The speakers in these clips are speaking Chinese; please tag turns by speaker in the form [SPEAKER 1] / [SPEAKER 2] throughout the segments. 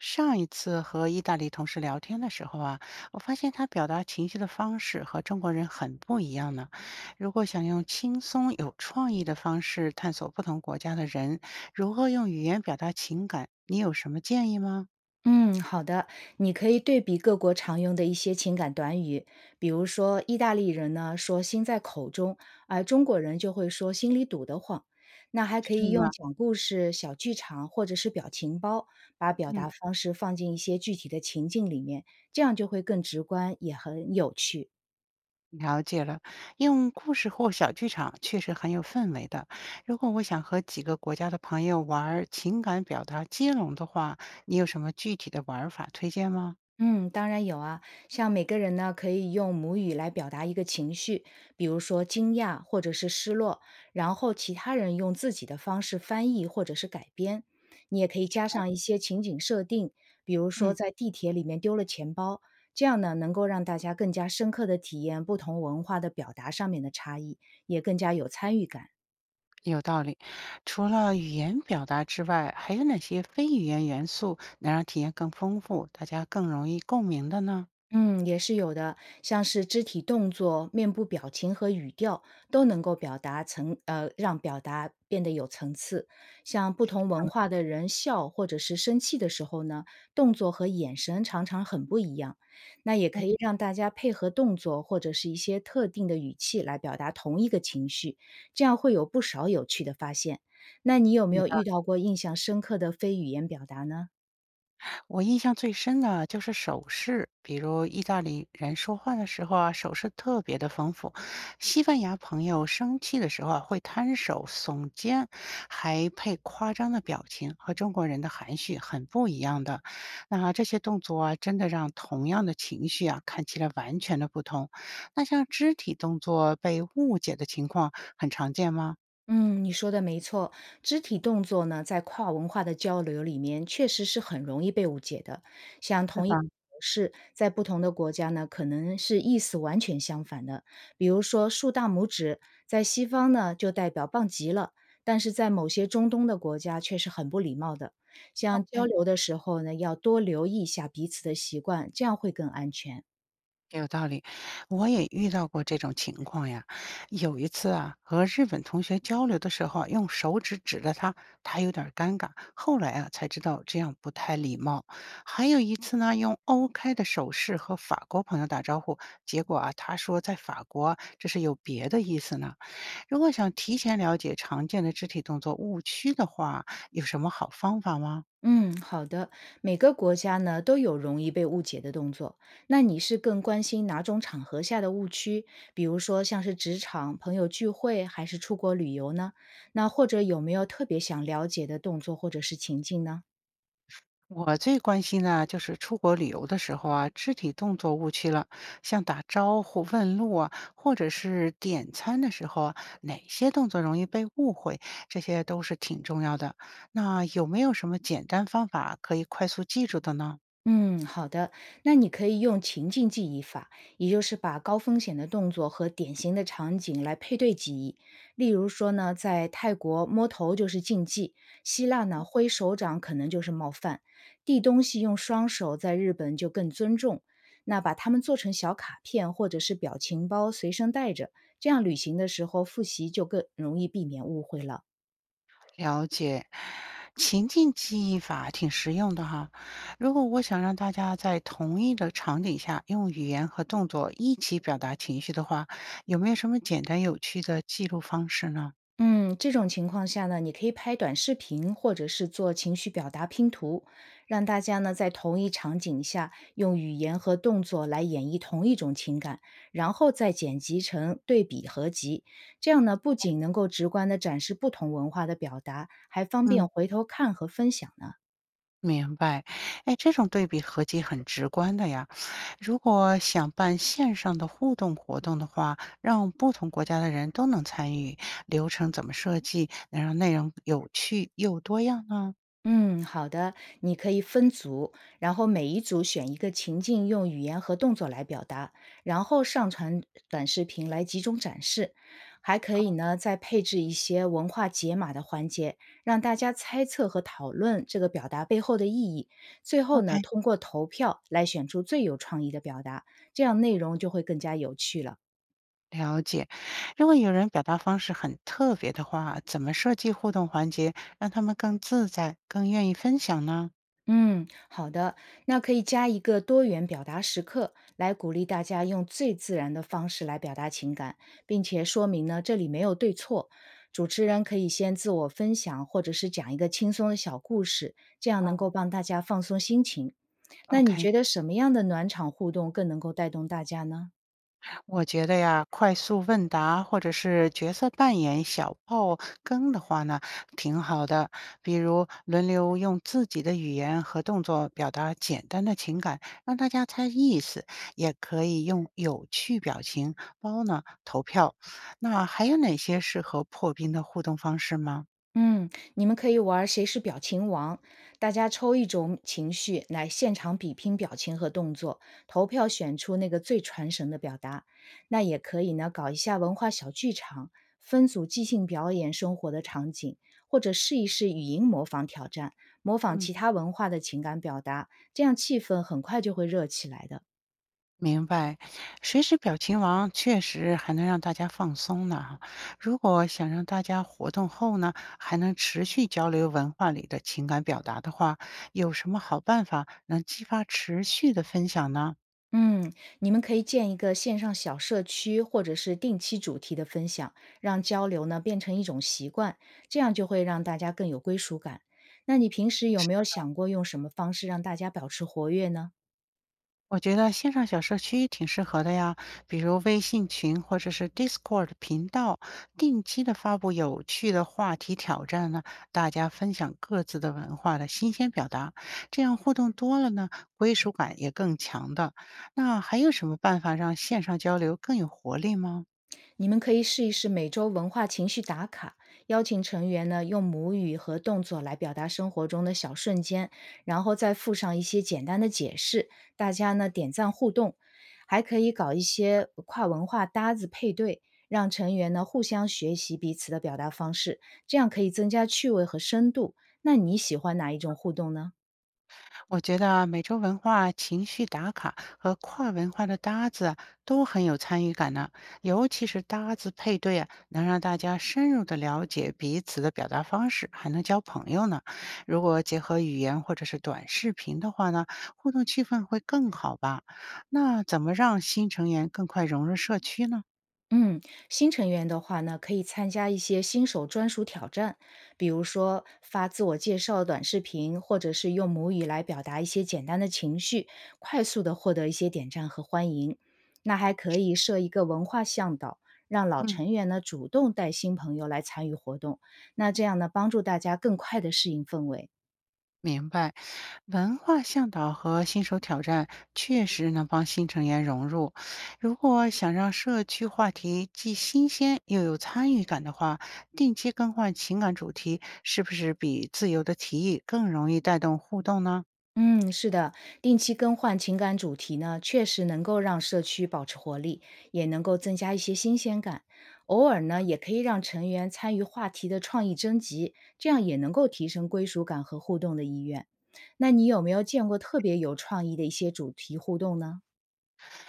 [SPEAKER 1] 上一次和意大利同事聊天的时候啊，我发现他表达情绪的方式和中国人很不一样呢。如果想用轻松有创意的方式探索不同国家的人，如何用语言表达情感，你有什么建议吗？
[SPEAKER 2] 嗯，好的，你可以对比各国常用的一些情感短语，比如说意大利人呢说“心在口中”，而中国人就会说“心里堵得慌”。那还可
[SPEAKER 1] 是
[SPEAKER 2] 以
[SPEAKER 1] 吗？
[SPEAKER 2] 用讲故事、小剧场或者是表情包，把表
[SPEAKER 1] 嗯，
[SPEAKER 2] 达方式放进一些具体的情境里面，这样就会更直观，也很有趣。
[SPEAKER 1] 了解了。用故事或小剧场确实很有氛围的。如果我想和几个国家的朋友玩儿情感表达接龙的话，你有什么具体的玩儿法推荐吗？
[SPEAKER 2] 嗯，当然有啊，像每个人呢，可以用母语来表达一个情绪，比如说惊讶或者是失落，然后其他人用自己的方式翻译或者是改编。你也可以加上一些情景设定，比如说
[SPEAKER 1] 嗯。
[SPEAKER 2] 在地铁里面丢了钱包，这样呢，能够让大家更加深刻的体验不同文化的表达上面的差异，也更加有参与感。
[SPEAKER 1] 有道理。除了语言表达之外，还有哪些非语言元素能让体验更丰富，大家更容易共鸣的呢？
[SPEAKER 2] 嗯，也是有的，像是肢体动作、面部表情和语调都能够表达层，呃，让表达变得有层次。像不同文化的人笑或者是生气的时候呢，动作和眼神常常很不一样。那也可
[SPEAKER 1] 哎。
[SPEAKER 2] 以让大家配合动作或者是一些特定的语气来表达同一个情绪，这样会有不少有趣的发现。那你有没有遇到过印象深刻的非语言表达呢？
[SPEAKER 1] 我印象最深的就是手势，比如意大利人说话的时候啊，手势特别的丰富；西班牙朋友生气的时候啊，会摊手、耸肩，还配夸张的表情，和中国人的含蓄很不一样的。那这些动作啊，真的让同样的情绪啊，看起来完全的不同。那像肢体动作被误解的情况很常见吗？
[SPEAKER 2] 嗯，你说的没错，肢体动作呢，在跨文化的交流里面，确实是很容易被误解的。像
[SPEAKER 1] 是
[SPEAKER 2] 同一
[SPEAKER 1] 吧？
[SPEAKER 2] 个模式，在不同的国家呢，可能是意思完全相反的。比如说，竖大拇指在西方呢，就代表棒极了，但是在某些中东的国家却是很不礼貌的。像交流的时候呢，要多留意一下彼此的习惯，这样会更安全。
[SPEAKER 1] 有道理，我也遇到过这种情况呀。有一次啊，和日本同学交流的时候啊用手指指着他，他有点儿尴尬。后来啊，才知道这样不太礼貌。还有一次呢，用 O k 的手势和法国朋友打招呼，结果啊，他说在法国这是有别的意思呢。如果想提前了解常见的肢体动作误区的话，有什么好方法吗？
[SPEAKER 2] 嗯，好的。每个国家呢都有容易被误解的动作，那你是更关心哪种场合下的误区？比如说像是职场、朋友聚会，还是出国旅游呢？那或者有没有特别想了解的动作或者是情境呢？
[SPEAKER 1] 我最关心的就是出国旅游的时候啊，肢体动作误区了，像打招呼、问路啊，或者是点餐的时候啊，哪些动作容易被误会，这些都是挺重要的。那有没有什么简单方法可以快速记住的呢？
[SPEAKER 2] 嗯，好的。那你可以用情境记忆法，也就是把高风险的动作和典型的场景来配对记忆。例如说呢，在泰国摸头就是禁忌，希腊呢挥手掌可能就是冒犯，递东西用双手在日本就更尊重。那把它们做成小卡片或者是表情包随身带着，这样旅行的时候复习就更容易避免误会了。
[SPEAKER 1] 了解，情境记忆法挺实用的哈。如果我想让大家在同一个场景下用语言和动作一起表达情绪的话，有没有什么简单有趣的记录方式呢？
[SPEAKER 2] 嗯，这种情况下呢，你可以拍短视频，或者是做情绪表达拼图，让大家呢在同一场景下用语言和动作来演绎同一种情感，然后再剪辑成对比合集。这样呢，不仅能够直观的展示不同文化的表达，还方
[SPEAKER 1] 嗯。
[SPEAKER 2] 便回头看和分享呢。
[SPEAKER 1] 明白，哎，这种对比合集很直观的呀。如果想办线上的互动活动的话，让不同国家的人都能参与，流程怎么设计，能让内容有趣又多样呢？
[SPEAKER 2] 嗯，好的，你可以分组，然后每一组选一个情境，用语言和动作来表达，然后上传短视频来集中展示。还可以
[SPEAKER 1] 哦，
[SPEAKER 2] 呢，再配置一些文化解码的环节，让大家猜测和讨论这个表达背后的意义。最后呢，
[SPEAKER 1] OK，
[SPEAKER 2] 通过投票来选出最有创意的表达，这样内容就会更加有趣了。
[SPEAKER 1] 了解。如果有人表达方式很特别的话，怎么设计互动环节，让他们更自在、更愿意分享呢？
[SPEAKER 2] 嗯，好的，那可以加一个多元表达时刻，来鼓励大家用最自然的方式来表达情感，并且说明呢，这里没有对错。主持人可以先自我分享，或者是讲一个轻松的小故事，这样能
[SPEAKER 1] 哦，
[SPEAKER 2] 够帮大家放松心情。那你
[SPEAKER 1] OK，
[SPEAKER 2] 觉得什么样的暖场互动更能够带动大家呢？
[SPEAKER 1] 我觉得呀，快速问答或者是角色扮演小爆更的话呢，挺好的。比如轮流用自己的语言和动作表达简单的情感，让大家猜意思，也可以用有趣表情包呢投票。那还有哪些适合破冰的互动方式吗？
[SPEAKER 2] 嗯，你们可以玩儿谁是表情王，大家抽一种情绪来现场比拼表情和动作，投票选出那个最传神的表达。那也可以呢，搞一下文化小剧场，分组即兴表演生活的场景，或者试一试语音模仿挑战，模仿
[SPEAKER 1] 嗯。
[SPEAKER 2] 其他文化的情感表达，这样气氛很快就会热起来的。
[SPEAKER 1] 明白，随时表情王确实还能让大家放松呢。如果想让大家活动后呢，还能持续交流文化里的情感表达的话，有什么好办法能激发持续的分享呢？
[SPEAKER 2] 嗯，你们可以建一个线上小社区，或者是定期主题的分享，让交流呢变成一种习惯，这样就会让大家更有归属感。那你平时有没有想过用什么方式让大家保持活跃呢？
[SPEAKER 1] 我觉得线上小社区挺适合的呀，比如微信群或者是 Discord 频道，定期的发布有趣的话题挑战呢，大家分享各自的文化的新鲜表达，这样互动多了呢，归属感也更强的。那还有什么办法让线上交流更有活力吗？
[SPEAKER 2] 你们可以试一试每周文化情绪打卡，邀请成员呢用母语和动作来表达生活中的小瞬间，然后再附上一些简单的解释，大家呢点赞互动，还可以搞一些跨文化搭子配对，让成员呢互相学习彼此的表达方式，这样可以增加趣味和深度。那你喜欢哪一种互动呢？
[SPEAKER 1] 我觉得啊，美洲文化情绪打卡和跨文化的搭子啊，都很有参与感呢。尤其是搭子配对啊，能让大家深入的了解彼此的表达方式，还能交朋友呢。如果结合语言或者是短视频的话呢，互动气氛会更好吧？那怎么让新成员更快融入社区呢？
[SPEAKER 2] 嗯，新成员的话呢，可以参加一些新手专属挑战，比如说发自我介绍短视频，或者是用母语来表达一些简单的情绪，快速的获得一些点赞和欢迎。那还可以设一个文化向导，让老
[SPEAKER 1] 嗯。
[SPEAKER 2] 成员呢主动带新朋友来参与活动，那这样呢，帮助大家更快的适应氛围。
[SPEAKER 1] 明白，文化向导和新手挑战确实能帮新成员融入。如果想让社区话题既新鲜又有参与感的话，定期更换情感主题是不是比自由的提议更容易带动互动呢？
[SPEAKER 2] 嗯，是的，定期更换情感主题呢，确实能够让社区保持活力，也能够增加一些新鲜感。偶尔呢，也可以让成员参与话题的创意征集，这样也能够提升归属感和互动的意愿。那你有没有见过特别有创意的一些主题互动呢？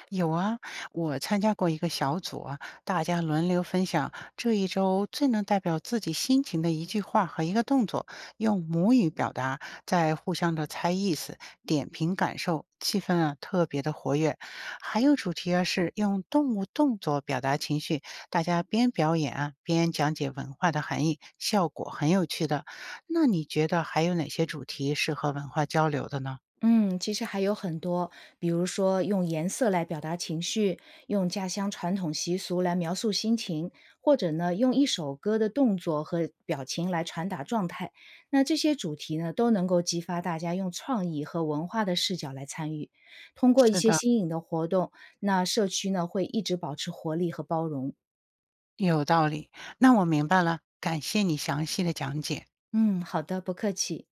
[SPEAKER 1] 有啊，我参加过一个小组啊，大家轮流分享这一周最能代表自己心情的一句话和一个动作，用母语表达，再互相的猜意思、点评感受，气氛啊特别的活跃。还有主题啊是用动物动作表达情绪，大家边表演啊边讲解文化的含义，效果很有趣的。那你觉得还有哪些主题适合文化交流的呢？
[SPEAKER 2] 嗯，其实还有很多，比如说用颜色来表达情绪，用家乡传统习俗来描述心情，或者呢，用一首歌的动作和表情来传达状态。那这些主题呢，都能够激发大家用创意和文化的视角来参与。通过一
[SPEAKER 1] 是
[SPEAKER 2] 些
[SPEAKER 1] 的，
[SPEAKER 2] 新颖的活动，那社区呢会一直保持活力和包容。
[SPEAKER 1] 有道理，那我明白了，感谢你详细的讲解。
[SPEAKER 2] 嗯，好的，不客气。